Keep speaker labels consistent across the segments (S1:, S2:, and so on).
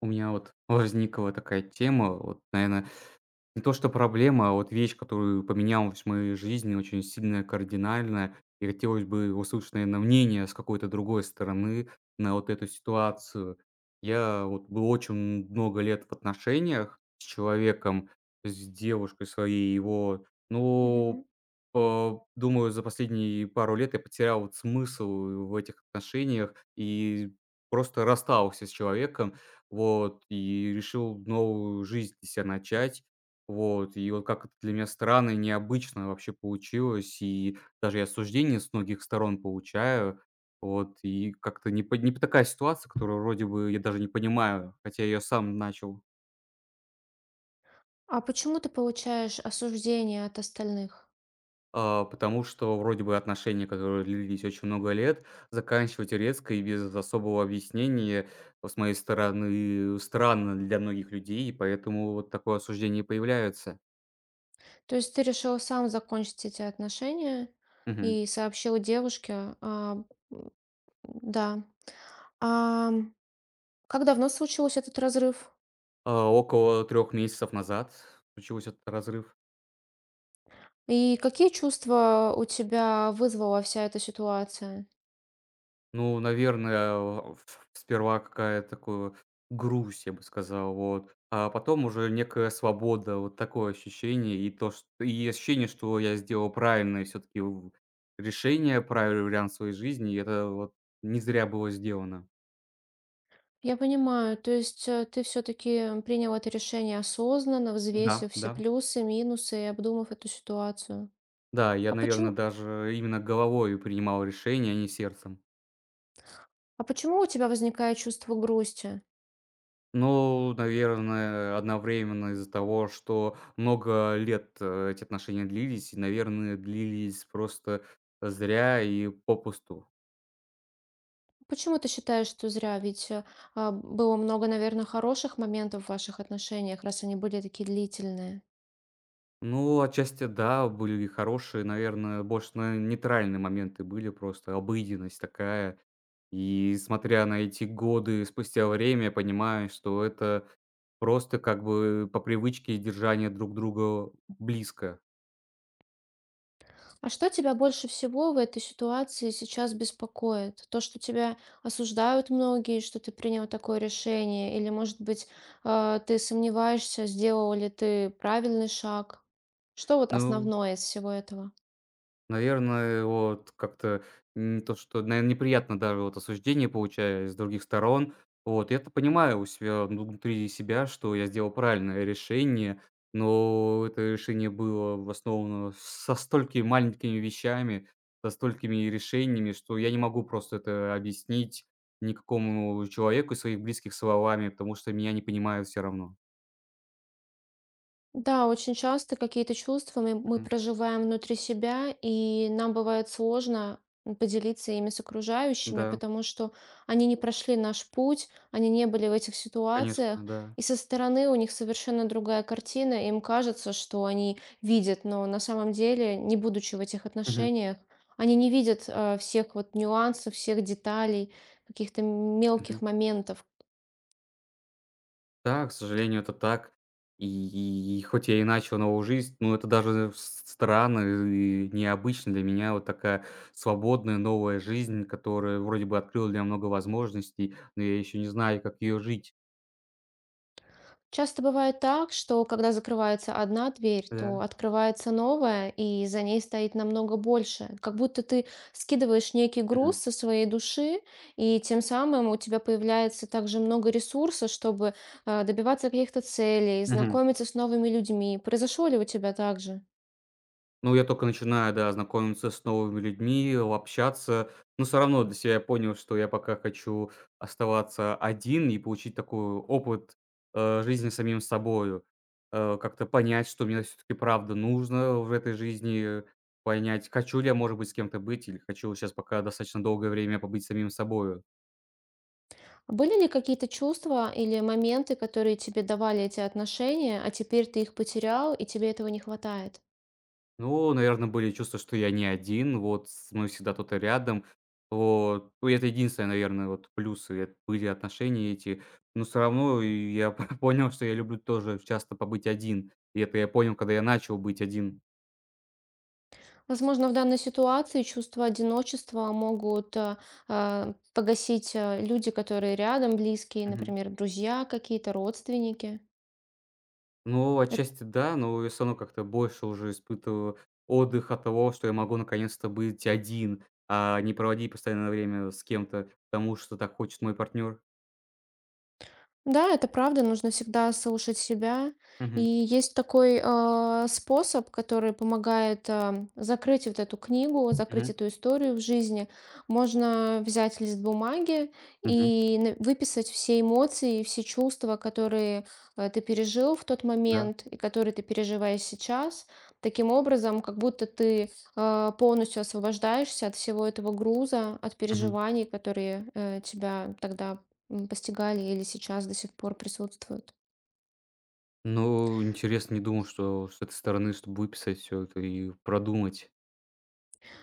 S1: У меня вот возникла такая тема, вот, наверное, не то, что проблема, а вот вещь, которую поменялась в моей жизни очень сильная, кардинальная. И хотелось бы услышать, наверное, мнение с какой-то другой стороны на вот эту ситуацию. Я вот был очень много лет в отношениях с человеком, с девушкой своей его.
S2: Мгм.
S1: Ну, по думаю, за последние пару лет я потерял вот смысл в этих отношениях и просто расстался с человеком, вот, и решил новую жизнь для себя начать. Вот, и вот как это для меня странно и необычно вообще получилось, и даже и осуждение с многих сторон получаю. Вот, и как-то не по не по такая ситуация, которую вроде бы я даже не понимаю, хотя я её сам начал.
S2: А почему ты получаешь осуждение от остальных?
S1: А, потому что вроде бы отношения, которые длились очень много лет, заканчивать резко и без особого объяснения, с моей стороны, странно для многих людей, и поэтому вот такое осуждение появляется.
S2: То есть ты решил сам закончить эти отношения
S1: Мгм.
S2: и сообщил девушке, да. А как давно случился этот разрыв?
S1: А, около 3 месяцев назад случился этот разрыв.
S2: И какие чувства у тебя вызвала вся эта ситуация?
S1: Ну, наверное, в сперва какая-то такую грусть, я бы сказал, вот. А потом уже некая свобода, вот такое ощущение. И то, чт И ощущение, что я сделал правильное все таки решение, правильный вариант своей жизни. И это вот не зря было сделано.
S2: Я понимаю, то есть ты все-таки принял это решение осознанно,
S1: Да,
S2: взвесив все
S1: да.
S2: плюсы, минусы и обдумав эту ситуацию.
S1: Да,
S2: А
S1: я, наверное,
S2: почему,
S1: даже именно головой принимал решения, а не сердцем.
S2: а почему у тебя возникает чувство грусти?
S1: Ну, наверное, одновременно из-за того, что много лет, эти отношения длились, и, наверное, длились просто зря и попусту.
S2: Почему ты считаешь, что зря? Ведь, было много, наверное, хороших моментов в ваших отношениях, раз они были такие длительные.
S1: Ну, отчасти да, были и хорошие, наверное, больше, на нейтральные моменты были, просто обыденность такая. И смотря на эти годы, спустя время я понимаю, что это просто как бы по привычке держание друг друга близко.
S2: А что тебя больше всего в этой ситуации сейчас беспокоит? То, что тебя осуждают многие, что ты принял такое решение? Или, может быть, ты сомневаешься, сделал ли ты правильный шаг? Что вот
S1: Ну,
S2: основное из всего этого?
S1: наверное, вот как-то не то, что, наверное, неприятно даже вот осуждение получая с других сторон. Вот, я-то понимаю у себя, ну, внутри себя, что я сделал правильное решение, но это решение было основано со столькими маленькими вещами, со столькими решениями, что я не могу просто это объяснить никакому человеку из своих близких словами, потому что меня не понимают все равно.
S2: Да, очень часто какие-то чувства мы
S1: Мгм.
S2: проживаем внутри себя, и нам бывает сложно поделиться ими с окружающими,
S1: Да,
S2: потому что они не прошли наш путь, они не были в этих
S1: конечно,
S2: ситуациях,
S1: да.
S2: и со стороны у них совершенно другая картина, им кажется, что они видят, но на самом деле, не будучи в этих
S1: Мгм.
S2: отношениях, они не видят, всех вот нюансов, всех деталей, каких-то мелких
S1: Мгм.
S2: моментов.
S1: Да, к сожалению, это так. И хоть я и начал новую жизнь, но это даже с странно и необычно для меня. Вот такая свободная новая жизнь, которая вроде бы открыла для меня много возможностей, но я еще не знаю, как ее жить.
S2: Часто бывает так, что когда закрывается одна дверь, то
S1: Да.
S2: открывается новая, и за ней стоит намного больше. Как будто ты скидываешь некий груз
S1: Мгм.
S2: со своей души, и тем самым у тебя появляется также много ресурса, чтобы добиваться каких-то целей,
S1: Мгм.
S2: знакомиться с новыми людьми. Произошло ли у тебя так же?
S1: Ну, я только начинаю, да, знакомиться с новыми людьми, общаться. Но все равно для себя я понял, что я пока хочу оставаться один и получить такой опыт, жизни самим собою. Как-то понять, что мне все таки правда нужно в этой жизни, понять, хочу ли я, может быть, с кем-то быть или хочу сейчас пока достаточно долгое время побыть самим собою.
S2: Были ли какие-то чувства или моменты, которые тебе давали эти отношения, а теперь ты их потерял, и тебе этого не хватает?
S1: Ну, наверное, были чувства, что я не один, вот, с мной всегда кто-то рядом. Вот. Ну, это единственное, наверное, вот плюсы эт были отношения эти. Но все равно и я понял, что я люблю тоже часто побыть один. И это я понял, когда я начал быть один.
S2: Возможно, в данной ситуации чувство одиночества могут погасить люди, которые рядом, близкие,
S1: Мгм.
S2: например, друзья какие-то, родственники.
S1: Ну, отчасти да, но я всё равно как-то больше уже испытываю отдых от того, что я могу наконец-то быть один, а не проводить постоянное время с кем-то, потому что так хочет мой партнер.
S2: Да, это правда, нужно всегда слушать себя. И
S1: Мгм,
S2: есть такой способ, который помогает закрыть вот эту книгу, закрыть
S1: мгм,
S2: эту историю в жизни. Можно взять лист бумаги
S1: мгм,
S2: и выписать все эмоции, и все чувства, которые ты пережил в тот
S1: да,
S2: момент и которые ты переживаешь сейчас. Таким образом, как будто ты полностью освобождаешься от всего этого груза, от
S1: мгм.
S2: переживаний, которые тебя тогда постигали или сейчас до сих пор присутствуют.
S1: Ну, интересно, не думал, что с этой стороны, чтоб выписать все это и продумать.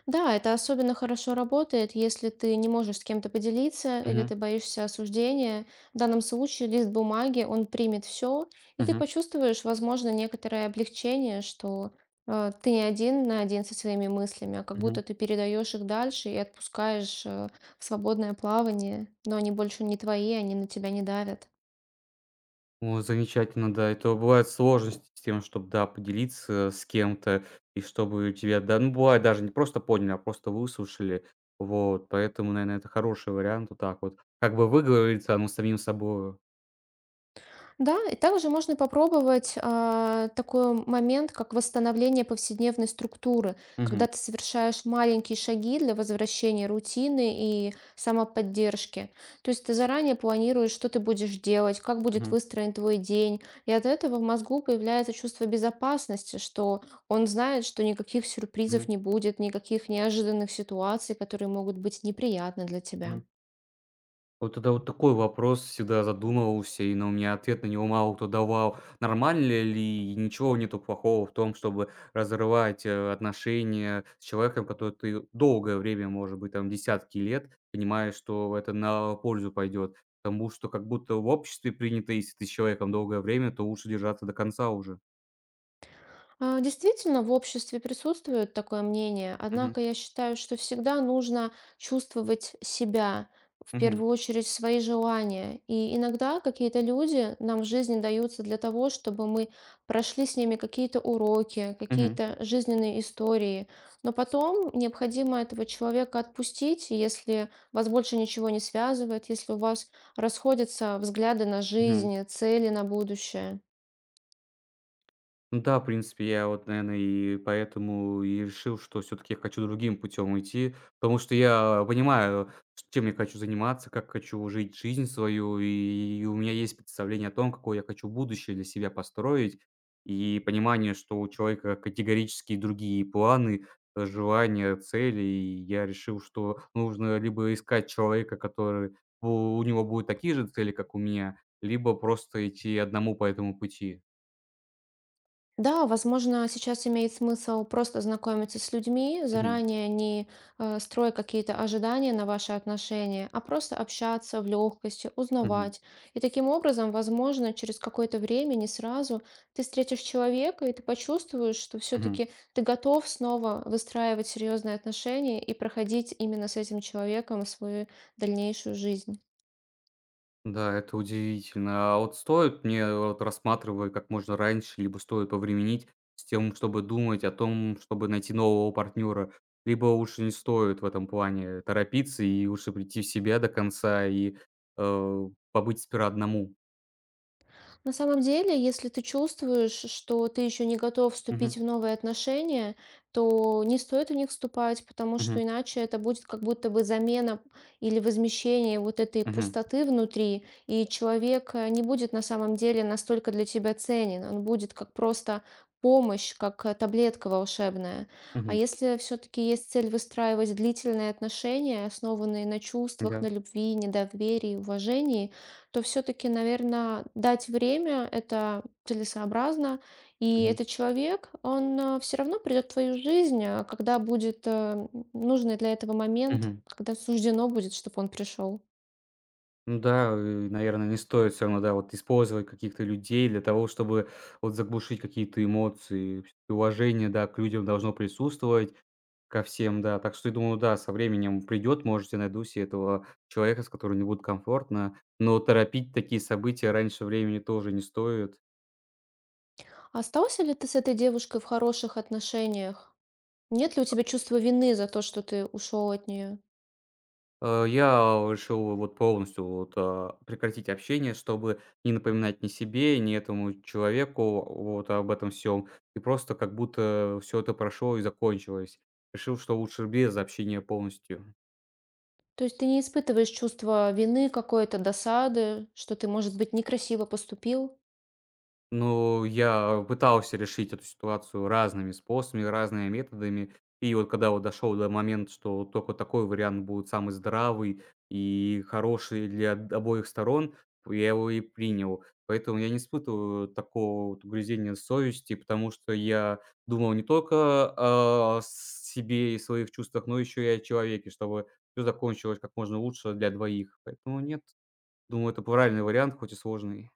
S2: Да, это особенно хорошо работает, если ты не можешь с кем-то поделиться или
S1: Мгм,
S2: ты боишься осуждения. В данном случае лист бумаги, он примет все, и ты
S1: мгм,
S2: почувствуешь, возможно, некоторое облегчение, что ты не один на один со своими мыслями, а как будто
S1: мгм.
S2: ты передаешь их дальше и отпускаешь в свободное плавание, но они больше не твои, они на тебя не давят.
S1: О, замечательно, да. Это бывают сложности с тем, чтобы, да, поделиться с кем-то, и чтобы тебя, да, ну, бывает, даже не просто поняли, а просто выслушали. Вот, поэтому, наверное, это хороший вариант вот так вот. Как бы выговориться, ну, самим собой.
S2: Да, и также можно попробовать такой момент, как восстановление повседневной структуры, когда
S1: Мгм,
S2: ты совершаешь маленькие шаги для возвращения рутины и самоподдержки. То есть ты заранее планируешь, что ты будешь делать, как будет
S1: мгм,
S2: выстроен твой день, и от этого в мозгу появляется чувство безопасности, что он знает, что никаких сюрпризов
S1: мгм,
S2: не будет, никаких неожиданных ситуаций, которые могут быть неприятны для тебя.
S1: мгм. Вот это вот такой вопрос всегда задумывался, но у меня ответ на него мало кто давал. Нормально ли и ничего нету плохого в том, чтобы разрывать, отношения с человеком, который ты долгое время, может быть, там десятки лет, понимаешь, что это на пользу пойдет. Потому что как будто в обществе принято, если ты с человеком долгое время, то лучше держаться до конца уже.
S2: Действительно, в обществе присутствует такое мнение,
S1: Мгм.
S2: однако я считаю, что всегда нужно чувствовать себя, в
S1: Мгм.
S2: первую очередь свои желания. И иногда какие-то люди нам в жизни даются для того, чтобы мы прошли с ними какие-то уроки,
S1: Мгм.
S2: какие-то жизненные истории. Но потом необходимо этого человека отпустить, и если вас больше ничего не связывает, если у вас расходятся взгляды на
S1: Мгм.
S2: жизнь, цели на будущее.
S1: Ну, да, в принципе, я вот, наверное, и поэтому и решил, что все таки я хочу другим путем идти, потому что я понимаю, ш чем я хочу заниматься, как хочу жить жизнь свою, и у меня есть представление о том, какое я хочу будущее для себя построить, и понимание, что у человека категорически другие планы, желания, цели. И я решил, что нужно либо искать человека, который у него будут такие же цели, как у меня, либо просто идти одному по этому пути.
S2: Да, возможно, сейчас имеет смысл просто знакомиться с людьми,
S1: Мгм.
S2: заранее не строя какие-то ожидания на ваши отношения, а просто общаться в легкости,
S1: Мгм.
S2: узнавать. И таким образом, возможно, через какое-то время, не сразу, ты встретишь человека, и ты почувствуешь, что
S1: Мгм.
S2: все-таки ты готов снова выстраивать серьезные отношения и проходить именно с этим человеком свою дальнейшую жизнь.
S1: Да, это удивительно. А вот стоит мне, вот рассматривая как можно раньше, либо стоит повременить с тем, чтобы думать о том, чтобы найти нового партнера, либо лучше не стоит в этом плане торопиться и лучше прийти в себя до конца и, э, побыть сперва одному?
S2: На самом деле, если ты чувствуешь, что ты еще не готов
S1: Мгм,
S2: вступить в новые отношения, то не стоит в них вступать, потому
S1: мгм,
S2: что иначе это будет как будто бы замена или возмещение вот этой
S1: мгм,
S2: пустоты внутри, и человек не будет на самом деле настолько для тебя ценен, он будет как просто помощь, как таблетка волшебная. А
S1: мгм.
S2: если все-таки есть цель выстраивать длительные отношения, основанные на чувствах,
S1: Да,
S2: на любви, недоверии, уважении, то все-таки, наверное, дать время- это целесообразно. И
S1: мгм,
S2: этот человек, он все равно придет в твою жизнь, когда будет нужный для этого момент,
S1: мгм.
S2: когда суждено будет, чтобы он пришел.
S1: Ну, да, наверное, не стоит все равно, да, вот использовать каких-то людей для того, чтобы вот заглушить какие-то эмоции. Всё-таки уважение, да, к людям должно присутствовать. Ко всем, да. Так что я думаю, да, со временем придет, может, я найду се этого человека, с которым мне будет комфортно, но торопить такие события раньше времени тоже не стоит.
S2: Остался ли ты с этой девушкой в хороших отношениях? Нет ли у тебя чувства вины за то, что ты ушел от нее?
S1: Я решил вот полностью вот, прекратить общение, чтобы не напоминать ни себе, ни этому человеку вот об этом всем и просто как будто все это прошло и закончилось. Решил, что лучше без общения полностью.
S2: То есть ты не испытываешь чувство вины, какой-то досады, что ты, может быть, некрасиво поступил?
S1: Ну, я пытался решить эту ситуацию разными способами, разными методами. И вот когда вот дошел до момента, что только такой вариант будет самый здравый и хороший для обоих сторон, я его и принял. Поэтому я не испытываю такого вот угрызения совести, потому что я думал не только о себе и своих чувствах, но еще и о человеке, чтобы все закончилось как можно лучше для двоих. Поэтому нет, думаю, это правильный вариант, хоть и сложный.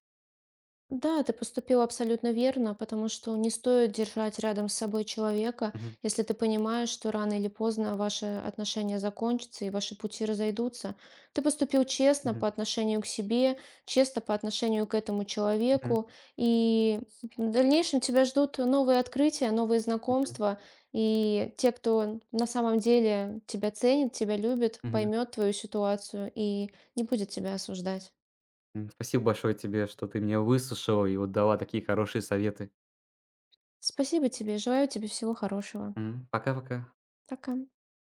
S2: Да, ты поступил абсолютно верно, потому что не стоит держать рядом с собой человека,
S1: Мгм.
S2: если ты понимаешь, что рано или поздно ваши отношения закончатся и ваши пути разойдутся. Ты поступил честно
S1: Мгм.
S2: по отношению к себе, честно по отношению к этому
S1: Мгм.
S2: человеку, и в дальнейшем тебя ждут новые открытия, новые
S1: Мгм.
S2: знакомства, и те, кто на самом деле тебя ценит, тебя любит,
S1: Мгм.
S2: поймет твою ситуацию и не будет тебя осуждать.
S1: Спасибо большое тебе, что ты меня выслушала и вот дала такие хорошие советы.
S2: Спасибо тебе, желаю тебе всего хорошего.
S1: Пока-пока.
S2: Пока.